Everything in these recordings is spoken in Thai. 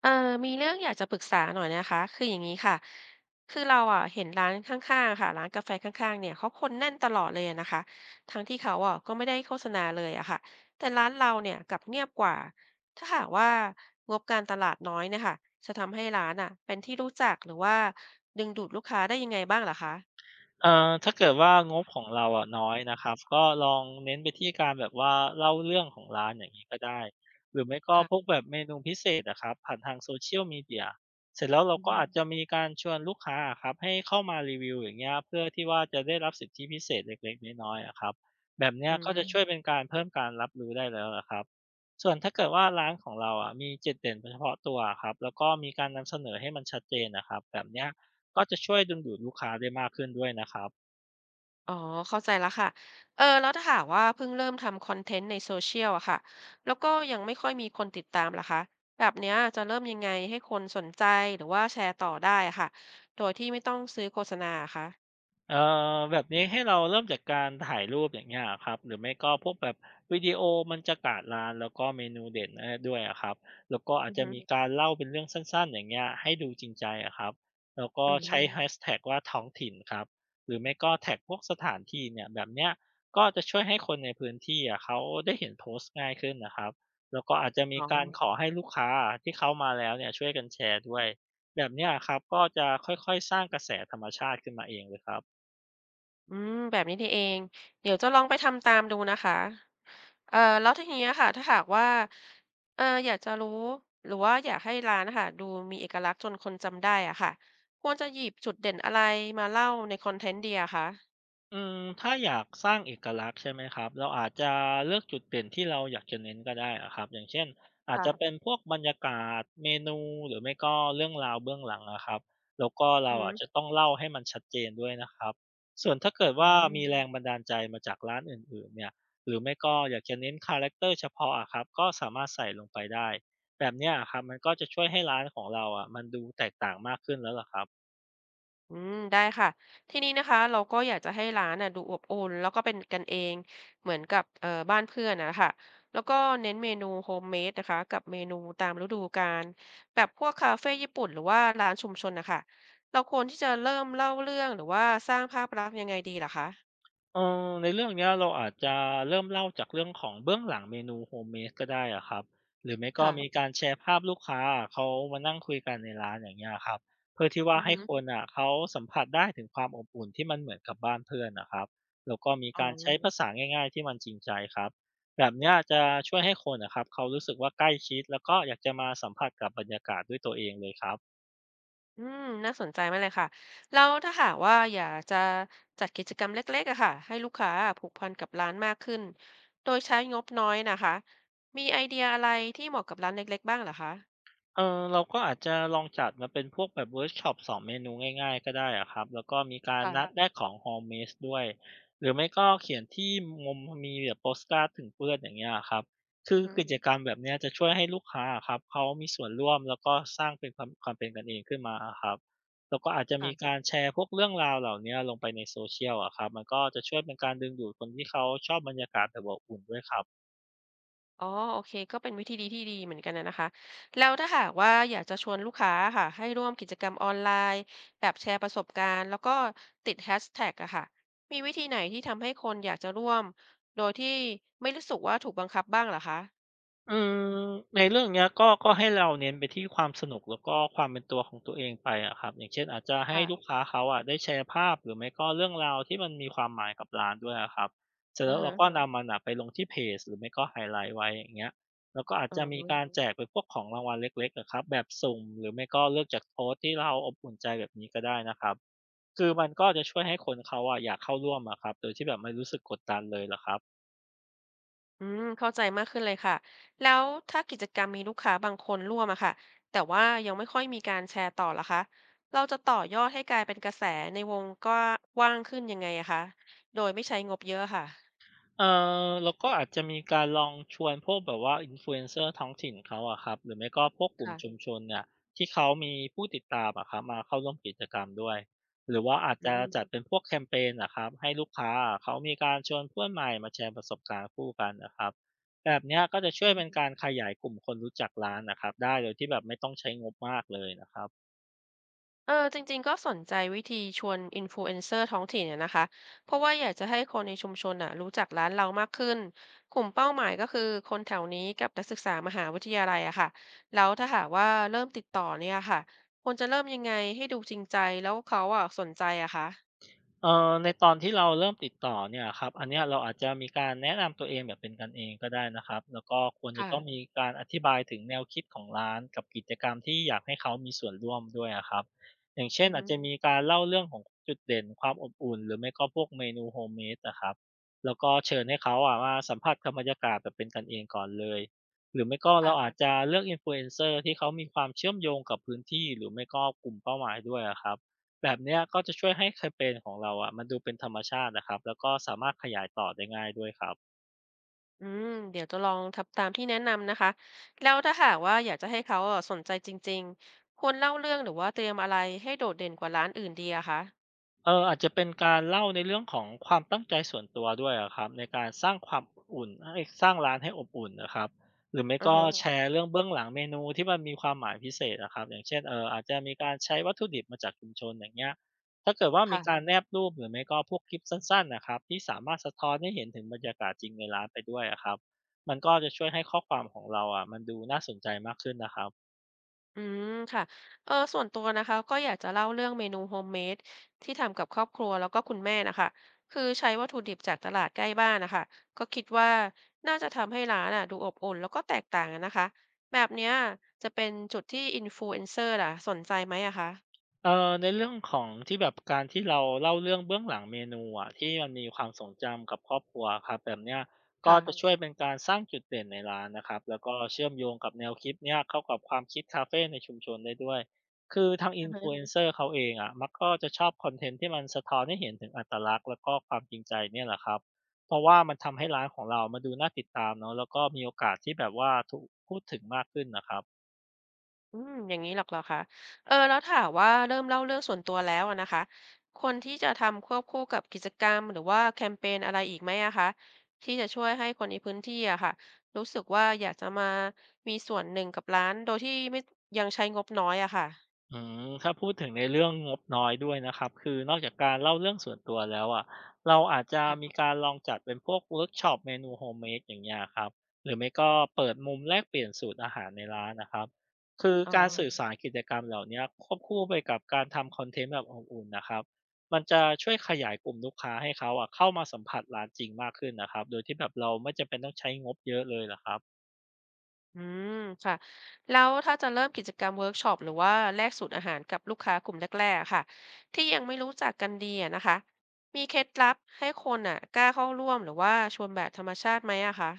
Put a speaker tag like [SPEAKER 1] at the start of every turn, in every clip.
[SPEAKER 1] เออมีเรื่องอยากจะปรึกษาหน่อยนะคะคืออย่างนี้ค่ะคือเราอ่ะเห็นร้านข้างๆค่ะร้านกาแฟข้างๆเนี่ยเขาคนแน่นตลอดเลยอะนะคะทั้งที่เขาอ่ะก็ไม่ได้โฆษณาเลยอะค่ะแต่ร้านเราเนี่ยกลับเงียบกว่าถ้าหากว่างบการตลาดน้อยเนะคะจะทำให้ร้านอ่ะเป็นที่รู้จักหรือว่าดึงดูดลูกค้าได้ยังไงบ้างเหรอคะ
[SPEAKER 2] ถ้าเกิดว่างบของเราอะน้อยนะครับก็ลองเน้นไปที่การแบบว่าเล่าเรื่องของร้านอย่างนี้ก็ได้หรือไม่ก็พวก
[SPEAKER 1] ค่ะ
[SPEAKER 2] แบบเมนูพิเศษนะครับผ่านทาง s o ียลม Media เดียเสร็จแล้วเรา
[SPEAKER 1] อื
[SPEAKER 2] ก็
[SPEAKER 1] ม
[SPEAKER 2] อาจจะมีการชวนลูกค้าอะครับให้เข้ามารีวิวอย่างเงี้ยเพื่อที่ว่าจะได้รับสิทธิพิเศษเล็กๆน้อยๆอะครับแบบเนี้
[SPEAKER 1] อื
[SPEAKER 2] ยก็จะช่วย
[SPEAKER 1] ม
[SPEAKER 2] เป็นการเพิ่มการรับรู้ได้แล้วอะครับส่วนถ้าเกิดว่าร้านของเราอะมีจุดเด่นเฉพาะตัวครับแล้วก็มีการนำเสนอให้มันชัดเจนนะครับแบบเนี้ย ก็จะช่วยดึงดูดลูกค้าได้มากขึ้นด้วยนะครับ
[SPEAKER 1] อ๋อเข้าใจแล้วค่ะแล้วถ้าหากว่าเพิ่งเริ่มทำคอนเทนต์ในโซเชียลอะค่ะแล้วก็ยังไม่ค่อยมีคนติดตามล่ะคะแบบเนี้ยจะเริ่มยังไงให้คนสนใจหรือว่าแชร์ต่อได้อะค่ะโดยที่ไม่ต้องซื้อโฆษณาอะคะ
[SPEAKER 2] เอ่แบบนี้ให้เราเริ่มจากการถ่ายรูปอย่างเงี้ยครับหรือไม่ก็พวกแบบวิดีโอมันจากาดร้านแล้วก็เมนูเด่นเอาด้วยอะครับแล้วก็อาจ
[SPEAKER 1] อือ
[SPEAKER 2] จะ
[SPEAKER 1] ฮึ
[SPEAKER 2] มีการเล่าเป็นเรื่องสั้นๆอย่างเงี้ยให้ดูจริงใจอะครับแล้วก็
[SPEAKER 1] อื
[SPEAKER 2] ใช้
[SPEAKER 1] ม
[SPEAKER 2] แฮชแท็กว่าท้องถิ่นครับหรือไม่ก็แท็กพวกสถานที่เนี่ยแบบเนี้ยก็จะช่วยให้คนในพื้นที่อะเขาได้เห็นโพสต์ง่ายขึ้นนะครับแล้วก็อาจจะมี
[SPEAKER 1] อ๋อ
[SPEAKER 2] การขอให้ลูกค้าที่เขามาแล้วเนี่ยช่วยกันแชร์ด้วยแบบเนี้ยครับก็จะค่อยๆสร้างกระแสธรรมชาติขึ้นมาเองเลยครับ
[SPEAKER 1] อืมแบบนี้นี่เองเดี๋ยวจะลองไปทำตามดูนะคะ แล้วทีนี้ค่ะถ้าหากว่าอยากจะรู้หรือว่าอยากให้ร้านนะค่ะดูมีเอกลักษณ์จนคนจำได้อะค่ะควรจะหยิบจุดเด่นอะไรมาเล่าในคอนเทนต์เดียะคะ
[SPEAKER 2] อืมถ้าอยากสร้างเอกลักษณ์ใช่ไหมครับเราอาจจะเลือกจุดเด่นที่เราอยากจะเน้นก็ได้อะครับอย่างเช่นอาจ
[SPEAKER 1] ค่ะ
[SPEAKER 2] จะเป็นพวกบรรยากาศเมนูหรือไม่ก็เรื่องราวเบื้องหลังนะครับแล้วก็เรา
[SPEAKER 1] อื
[SPEAKER 2] อาจจะ
[SPEAKER 1] ม
[SPEAKER 2] ต้องเล่าให้มันชัดเจนด้วยนะครับส่วนถ้าเกิด
[SPEAKER 1] อ
[SPEAKER 2] ว่า
[SPEAKER 1] หืม
[SPEAKER 2] มีแรงบันดาลใจมาจากร้านอื่นๆเนี่ยหรือไม่ก็อยากจะเน้นคาแรคเตอร์เฉพาะอะครับก็สามารถใส่ลงไปได้แบบเนี้ยอะครับมันก็จะช่วยให้ร้านของเราอะมันดูแตกต่างมากขึ้นแล้วล่ะครับ
[SPEAKER 1] อืมได้ค่ะทีนี้นะคะเราก็อยากจะให้ร้านน่ะดูอบอุ่นแล้วก็เป็นกันเองเหมือนกับบ้านเพื่อนนะคะแล้วก็เน้นเมนูโฮมเมดนะคะกับเมนูตามฤดูกาลแบบพวกคาเฟ่ญี่ปุ่นหรือว่าร้านชุมชนนะคะเราควรที่จะเริ่มเล่าเรื่องหรือว่าสร้างภาพลักษณ์ยังไงดีหรอคะ
[SPEAKER 2] เออในเรื่องเนี้ยเราอาจจะเริ่มเล่าจากเรื่องของเบื้องหลังเมนูโฮมเมดก็ได้อะครับหรือไม่ก็มี
[SPEAKER 1] ค่ะ
[SPEAKER 2] การแชร์ภาพลูกค้าเขามานั่งคุยกันในร้านอย่างเงี้ยครับเพื่อที่ว่า
[SPEAKER 1] อือ
[SPEAKER 2] ให้
[SPEAKER 1] ฮึ
[SPEAKER 2] คนอะเขาสัมผัสได้ถึงความอบอุ่นที่มันเหมือนกับบ้านเพื่อนนะครับแล้วก็มี
[SPEAKER 1] อ๋อ
[SPEAKER 2] การใช้ภาษาง่ายๆที่มันจริงใจครับแบบเนี้ยจะช่วยให้คนนะครับเขารู้สึกว่าใกล้ชิดแล้วก็อยากจะมาสัมผัสกับบรรยากาศด้วยตัวเองเลยครับ
[SPEAKER 1] อืมน่าสนใจมากเลยค่ะแล้วถ้าหากว่าอยากจะจัดกิจกรรมเล็กๆอะค่ะให้ลูกค้าผูกพันกับร้านมากขึ้นโดยใช้งบน้อยนะคะมีไอเดียอะไรที่เหมาะกับร้านเล็กๆบ้างเหรอคะ
[SPEAKER 2] เออเราก็อาจจะลองจัดมาเป็นพวกแบบเวิร์กช็อปสอนเมนูง่ายๆก็ได้อะครับแล้วก็มีการ
[SPEAKER 1] ค่ะ
[SPEAKER 2] นัดแลกของโฮมเมสด้วยหรือไม่ก็เขียนที่มุมมีแบบโปสการ์ดถึงเพื่อนอย่างเงี้ยครับคือ
[SPEAKER 1] อือฮึ
[SPEAKER 2] กิจกรรมแบบเนี้ยจะช่วยให้ลูกค้าอะครับเขามีส่วนร่วมแล้วก็สร้างเป็นความเป็นกันเองขึ้นมาอะครับแล้วก็อาจจะมีกา
[SPEAKER 1] ค่ะ
[SPEAKER 2] รแชร์พวกเรื่องราวเหล่าเนี้ยลงไปในโซเชียลอะครับมันก็จะช่วยเป็นการดึงดูดคนที่เขาชอบบรรยากาศแบบอบอุ่นด้วยครับ
[SPEAKER 1] อ๋อโอเคก็เป็นวิธีดีที่ดีเหมือนกันนะนะคะแล้วถ้าหากว่าอยากจะชวนลูกค้าค่ะให้ร่วมกิจกรรมออนไลน์แบบแชร์ประสบการณ์แล้วก็ติดแฮชแท็กอะค่ะมีวิธีไหนที่ทำให้คนอยากจะร่วมโดยที่ไม่รู้สึกว่าถูกบังคับบ้างเหรอคะ
[SPEAKER 2] อืมในเรื่องเนี้ยก็ให้เราเน้นไปที่ความสนุกแล้วก็ความเป็นตัวของตัวเองไปอะครับอย่างเช่นอาจจะให้ลูก
[SPEAKER 1] ค่ะ
[SPEAKER 2] ค้าเขาอะได้แชร์ภาพหรือไม่ก็เรื่องราวที่มันมีความหมายกับร้านด้วยอะครับเสร็จ
[SPEAKER 1] อ
[SPEAKER 2] แล้
[SPEAKER 1] อ
[SPEAKER 2] วเราก็
[SPEAKER 1] ฮะ
[SPEAKER 2] นำมันอะไปลงที่เพจหรือไม่ก็ไฮไลท์ไว้อย่างเงี้ยแล้วก็อาจ
[SPEAKER 1] อ๋อ
[SPEAKER 2] จะมีการแจกเป็นพวกของรางวัลเล็กๆอะครับแบบสุ่มหรือไม่ก็เลือกจากโพสต์ที่เราอบอุ่นใจแบบนี้ก็ได้นะครับคือมันก็จะช่วยให้คนเขาอะอยากเข้าร่วมอะครับโดยที่แบบไม่รู้สึกกดดันเลยละครับ
[SPEAKER 1] อืมเข้าใจมากขึ้นเลยค่ะ แล้วถ้ากิจกรรมมีลูกค้าบางคนร่วมอะค่ะ แต่ว่ายังไม่ค่อยมีการแชร์ต่อล่ะคะเราจะต่อยอดให้กลายเป็นกระแสในวงก็กว้างขึ้นยังไงอะคะโดยไม่ใช้งบเยอะค่ะ
[SPEAKER 2] เอ่แลราก็อาจจะมีการลองชวนพวกแบบว่า Influencer ท้องถิ่นเขาอะครับหรือไม่ก็พวกกลุ่มชุม
[SPEAKER 1] ค่ะ
[SPEAKER 2] ชนเนี่ยที่เขามีผู้ติดตามอะครับมาเข้าร่วมกิจกรรมด้วยหรือว่าอาจ
[SPEAKER 1] อื
[SPEAKER 2] จะ
[SPEAKER 1] ม
[SPEAKER 2] จัดเป็นพวกแคมเปญอะครับให้ลูกค้าอะเขามีการชวนเพื่อนใหม่มาแชร์ประสบการณ์คู่กันนะครับแบบเนี้ยก็จะช่วยเป็นการขยายกลุ่มคนรู้จักร้านนะครับได้โดยที่แบบไม่ต้องใช้งบมากเลยนะครับ
[SPEAKER 1] เออจริงๆก็สนใจวิธีชวน Influencer ท้องถิ่นเนี่ยนะคะเพราะว่าอยากจะให้คนในชุมชนน่ะรู้จักร้านเรามากขึ้นกลุ่มเป้าหมายก็คือคนแถวนี้กับนักศึกษามหาวิทยาลัยอะค่ะแล้วถ้าหากว่าเริ่มติดต่อเนี่ยค่ะควรจะเริ่มยังไงให้ดูจริงใจแล้วเขาอะสนใจอะคะ
[SPEAKER 2] ในตอนที่เราเริ่มติดต่อเนี่ยครับอันเนี้ยเราอาจจะมีการแนะนำตัวเองแบบเป็นกันเองก็ได้นะครับแล้วก็ควรจะต้อง
[SPEAKER 1] ค่ะ
[SPEAKER 2] มีการอธิบายถึงแนวคิดของร้านกับกิจกรรมที่อยากให้เขามีส่วนร่วมด้วยอะครับอย่างเช่น
[SPEAKER 1] อือ
[SPEAKER 2] อา
[SPEAKER 1] ฮึ
[SPEAKER 2] จจะมีการเล่าเรื่องของจุดเด่นความอบอุ่นหรือไม่ก็พวกเมนูโฮมเมดนะครับแล้วก็เชิญให้เขาอะมาสัมผัสกับบรรยากาศแบบเป็นกันเองก่อนเลยหรือไม่ก็เราอาจ
[SPEAKER 1] ค่ะ
[SPEAKER 2] จะเลือกอินฟลูเอนเซอร์ที่เขามีความเชื่อมโยงกับพื้นที่หรือไม่ก็กลุ่มเป้าหมายด้วยอะครับ แบบเนี้ยก็จะช่วยให้แคมเ็นของเราอ่ะมันดูเป็นธรรมชาตินะครับแล้วก็สามารถขยายต่อได้ง่ายด้วยครับ
[SPEAKER 1] อืมเดี๋ยวจะลองทำตามที่แนะนำนะคะแล้วถ้าหากว่าอยากจะให้เขาอะสนใจจริงๆควรเล่าเรื่องหรือว่าเตรียมอะไรให้โดดเด่นกว่าร้านอื่นดีอะคะ
[SPEAKER 2] อาจจะเป็นการเล่าในเรื่องของความตั้งใจส่วนตัวด้วยอะครับในการสร้างความอบอุ่นให้สร้างร้านให้อบอุ่นนะครับหรือไม่
[SPEAKER 1] อือ
[SPEAKER 2] ก็
[SPEAKER 1] ฮะ
[SPEAKER 2] แชร์เรื่องเบื้องหลังเมนูที่มันมีความหมายพิเศษอะครับอย่างเช่นอาจจะมีการใช้วัตถุดิบมาจากชุมชนอย่างเงี้ยถ้าเกิดว่ามีการแนบรูปหรือไม่ก็พวกคลิปสั้นๆนะครับที่สามารถสะท้อนให้เห็นถึงบรรยากาศจริงในร้านไปด้วยอะครับมันก็จะช่วยให้ข้อความของเราอะมันดูน่าสนใจมากขึ้นนะครับ
[SPEAKER 1] อืมค่ะ ส่วนตัวนะคะก็อยากจะเล่าเรื่องเมนูโฮมเมดที่ทำกับครอบครัวแล้วก็คุณแม่นะคะคือใช้วัตถุดิบจากตลาดใกล้บ้านนะคะก็คิดว่าน่าจะทำให้ร้านอ่ะดูอบอุ่นแล้วก็แตกต่างอะนะคะแบบเนี้ยจะเป็นจุดที่อินฟลูเอนเซอร์ล่ะสนใจไหมอะคะ
[SPEAKER 2] ในเรื่องของที่แบบการที่เราเล่าเรื่องเบื้องหลังเมนูอะที่มันมีความทรงจำกับครอบครัวครับแบบเนี้ยก็
[SPEAKER 1] ค่ะ
[SPEAKER 2] จะช่วยเป็นการสร้างจุดเด่นในร้านนะครับแล้วก็เชื่อมโยงกับแนวคิดเนี้ยเข้ากับความคิดคาเฟในชุมชนได้ด้วยคือทางอนฟ Influencer เอนเซอร์เขาเองอะมักก็จะชอบคอนเทนต์ที่มันสะท้อนให้เห็นถึงอัตลักษณ์แล้วก็ความจริงใจเนี่ยแหละครับเพราะว่ามันทำให้ร้านของเรามาดูน่าติดตามเนาะแล้วก็มีโอกาสที่แบบว่าถูกพูดถึงมากขึ้นนะครับ
[SPEAKER 1] อืมอย่างนี้หรอกเหรอคะแล้วถามว่าเริ่มเล่าเรื่องส่วนตัวแล้วอะนะคะควรที่จะทำควบคู่กับกิจกรรมหรือว่าแคมเปญอะไรอีกไหมอะคะที่จะช่วยให้คนในพื้นที่อะค่ะรู้สึกว่าอยากจะมามีส่วนหนึ่งกับร้านโดยที่ไม่ยังใช้งบน้อยอะค่ะ
[SPEAKER 2] อืมถ้าพูดถึงในเรื่องงบน้อยด้วยนะครับคือนอกจากการเล่าเรื่องส่วนตัวแล้วอะเราอาจจะมี
[SPEAKER 1] ค่ะ
[SPEAKER 2] การลองจัดเป็นพวกเวิร์กช็อปเมนูโฮมเมดอย่างเงี้ยครับหรือไม่ก็เปิดมุมแลกเปลี่ยนสูตรอาหารในร้านนะครับคือ
[SPEAKER 1] อ๋อ
[SPEAKER 2] การสื่อสารกิจกรรมเหล่าเนี้ยควบคู่ไปกับการทำคอนเทนต์แบบอบอุ่นนะครับมันจะช่วยขยายกลุ่มลูกค้าให้เขาอะเข้ามาสัมผัสร้านจริงมากขึ้นนะครับโดยที่แบบเราไม่จำเป็นต้องใช้งบเยอะเลยละครับ
[SPEAKER 1] อืมค่ะแล้วถ้าจะเริ่มกิจกรรมเวิร์กช็อปหรือว่าแลกสูตรอาหารกับลูกค้ากลุ่มแรกๆอะค่ะที่ยังไม่รู้จักกันดีอะนะคะมีเคล็ดลับให้คนอ่ะกล้าเข้าร่วมหรือว่าชวนแบบธรรมชาติไหมอะคะ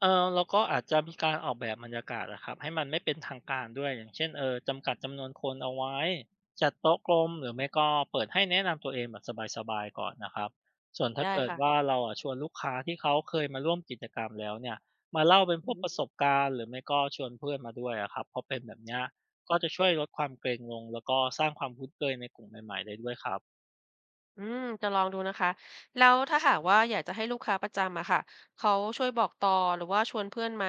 [SPEAKER 2] แลราก็อาจจะมีการออกแบบบรรยากาศนะครับให้มันไม่เป็นทางการด้วยอย่างเช่นจำกัดจำนวนคนเอาไว้จัดโต๊ะกลมหรือไม่ก็เปิดให้แนะนำตัวเองแบบสบายๆก่อนนะครับส่วนถ้า
[SPEAKER 1] ได้
[SPEAKER 2] เกิด
[SPEAKER 1] ค่ะ
[SPEAKER 2] ว่าเราอะชวนลูกค้าที่เขาเคยมาร่วมกิจกรรมแล้วเนี่ยมาเล่าเป็นพ
[SPEAKER 1] อื
[SPEAKER 2] วกป
[SPEAKER 1] ม
[SPEAKER 2] ระสบการณ์หรือไม่ก็ชวนเพื่อนมาด้วยอะครับเพราะเป็นแบบเนี้ยก็จะช่วยลดความเกรงลงแล้วก็สร้างความคุ้นเคยในกลุ่มใหม่ๆได้ด้วยครับ
[SPEAKER 1] อืมจะลองดูนะคะแล้วถ้าหากว่าอยากจะให้ลูกค้าประจำอะค่ะเขาช่วยบอกต่อหรือว่าชวนเพื่อนมา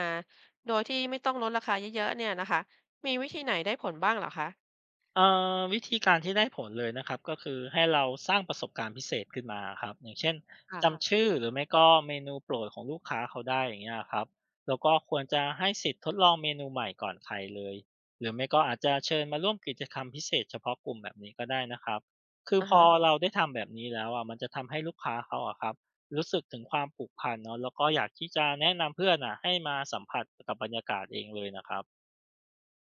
[SPEAKER 1] โดยที่ไม่ต้องลดราคาเยอะๆเนี่ยนะคะมีวิธีไหนได้ผลบ้างเหรอคะ
[SPEAKER 2] เอ่วิธีการที่ได้ผลเลยนะครับก็คือให้เราสร้างประสบการณ์พิเศษขึ้นมาครับอย่างเช่น
[SPEAKER 1] ค่ะ
[SPEAKER 2] จำชื่อหรือไม่ก็เมนูโปรดของลูกค้าเขาได้อย่างเงี้ยครับแล้วก็ควรจะให้สิทธิ์ทดลองเมนูใหม่ก่อนใครเลยหรือไม่ก็อาจจะเชิญมาร่วมกิจกรรมพิเศษเฉพาะกลุ่มแบบนี้ก็ได้นะครับคือ
[SPEAKER 1] อ่า
[SPEAKER 2] พอ
[SPEAKER 1] ฮะ
[SPEAKER 2] เราได้ทำแบบนี้แล้วอะมันจะทำให้ลูกค้าเขาอะครับรู้สึกถึงความผูกพันเนาะแล้วก็อยากที่จะแนะนำเพื่อนอ่ะให้มาสัมผัสกับบรรยากาศเองเลยนะครับ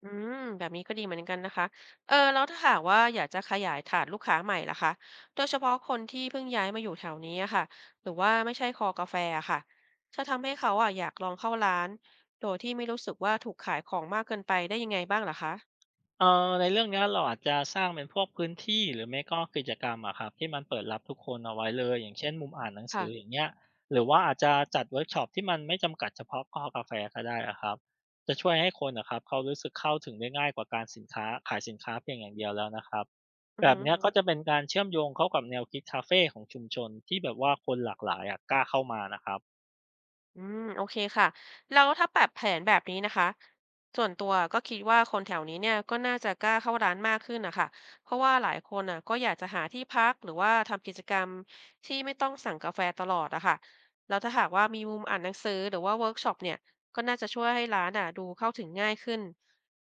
[SPEAKER 1] อืมแบบนี้ก็ดีเหมือนกันนะคะแล้วถ้าหากว่าอยากจะขยายฐานลูกค้าใหม่ล่ะคะโดยเฉพาะคนที่เพิ่งย้ายมาอยู่แถวนี้อะค่ะหรือว่าไม่ใช่คอกาแฟอะค่ะจะทำให้เขาอะอยากลองเข้าร้านโดยที่ไม่รู้สึกว่าถูกขายของมากเกินไปได้ยังไงบ้างล่ะคะ
[SPEAKER 2] ในเรื่องเนี้ยเราอาจจะสร้างเป็นพวกพื้นที่หรือไม่ก็กิจกรรมอะครับที่มันเปิดรับทุกคนเอาไว้เลยอย่างเช่นมุมอ่านหนังสืออย่า
[SPEAKER 1] ค่ะ
[SPEAKER 2] งเงี้ยหรือว่าอาจจะจัดเวิร์กช็อปที่มันไม่จำกัดเฉพาะคอกาแฟก็ได้อะครับจะช่วยให้คนนะครับเขารู้สึกเข้าถึงได้ง่ายกว่าการสินค้าขายสินค้าเพียงอย่างเดียวแล้วนะครับ
[SPEAKER 1] อื
[SPEAKER 2] แบ
[SPEAKER 1] อ
[SPEAKER 2] บ
[SPEAKER 1] ฮึ
[SPEAKER 2] เนี้ยอืก็มจะเป็นการเชื่อมโยงเข้ากับแนวคิดคาเฟของชุมชนที่แบบว่าคนหลากหลายอะกล้าเข้ามานะครับ
[SPEAKER 1] อืมโอเคค่ะแล้วถ้าแบบแผนแบบนี้นะคะส่วนตัวก็คิดว่าคนแถวนี้เนี่ยก็น่าจะกล้าเข้าร้านมากขึ้นนะคะเพราะว่าหลายคนน่ะก็อยากจะหาที่พักหรือว่าทำกิจกรรมที่ไม่ต้องสั่งกาแฟตลอดอะค่ะแล้วถ้าหากว่ามีมุมอ่านหนังสือหรือว่าเวิร์กช็อปเนี่ยก็น่าจะช่วยให้ร้านอ่ะดูเข้าถึงง่ายขึ้น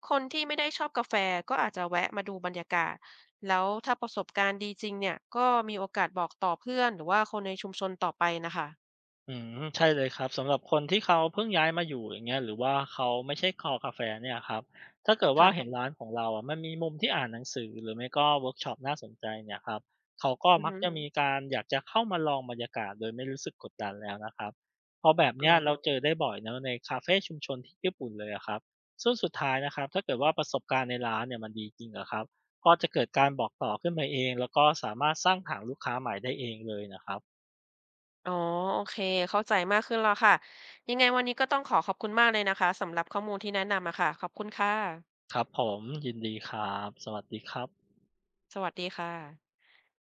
[SPEAKER 1] คนที่ไม่ได้ชอบกาแฟก็อาจจะแวะมาดูบรรยากาศแล้วถ้าประสบการณ์ดีจริงเนี่ยก็มีโอกาสบอกต่อเพื่อนหรือว่าคนในชุมชนต่อไปนะคะ
[SPEAKER 2] อืมใช่เลยครับสำหรับคนที่เขาเพิ่งย้ายมาอยู่อย่างเงี้ยหรือว่าเขาไม่ใช่คอกาแฟเนี่ยครับถ้าเกิดว่า
[SPEAKER 1] ค่ะ
[SPEAKER 2] เห็นร้านของเราอะมันมีมุมที่อ่านหนังสือหรือไม่ก็เวิร์กช็อปน่าสนใจเนี่ยครับเขาก็
[SPEAKER 1] อือ
[SPEAKER 2] มัก
[SPEAKER 1] ฮึ
[SPEAKER 2] จะมีการอยากจะเข้ามาลองบรรยากาศโดยไม่รู้สึกกดดันแล้วนะครับเพราะแบบเนี้ย
[SPEAKER 1] อ๋
[SPEAKER 2] เรา
[SPEAKER 1] อ
[SPEAKER 2] เจอได้บ่อยนะในคาเฟชุมชนที่ญี่ปุ่นเลยอะครับซึ่งสุดท้ายนะครับถ้าเกิดว่าประสบการณ์ในร้านเนี่ยมันดีจริงอะครับก็จะเกิดการบอกต่อขึ้นมาเองแล้วก็สามารถสร้างฐานลูกค้าใหม่ได้เองเลยนะครับ
[SPEAKER 1] อ๋อโอเค เข้าใจมากขึ้นแล้วค่ะ ยังไงวันนี้ก็ต้องขอขอบคุณมากเลยนะคะสำหรับข้อมูลที่แนะนำอะค่ะขอบคุณค่ะ
[SPEAKER 2] ครับผมยินดีครับสวัสดีครับ
[SPEAKER 1] สวัสดีค่ะ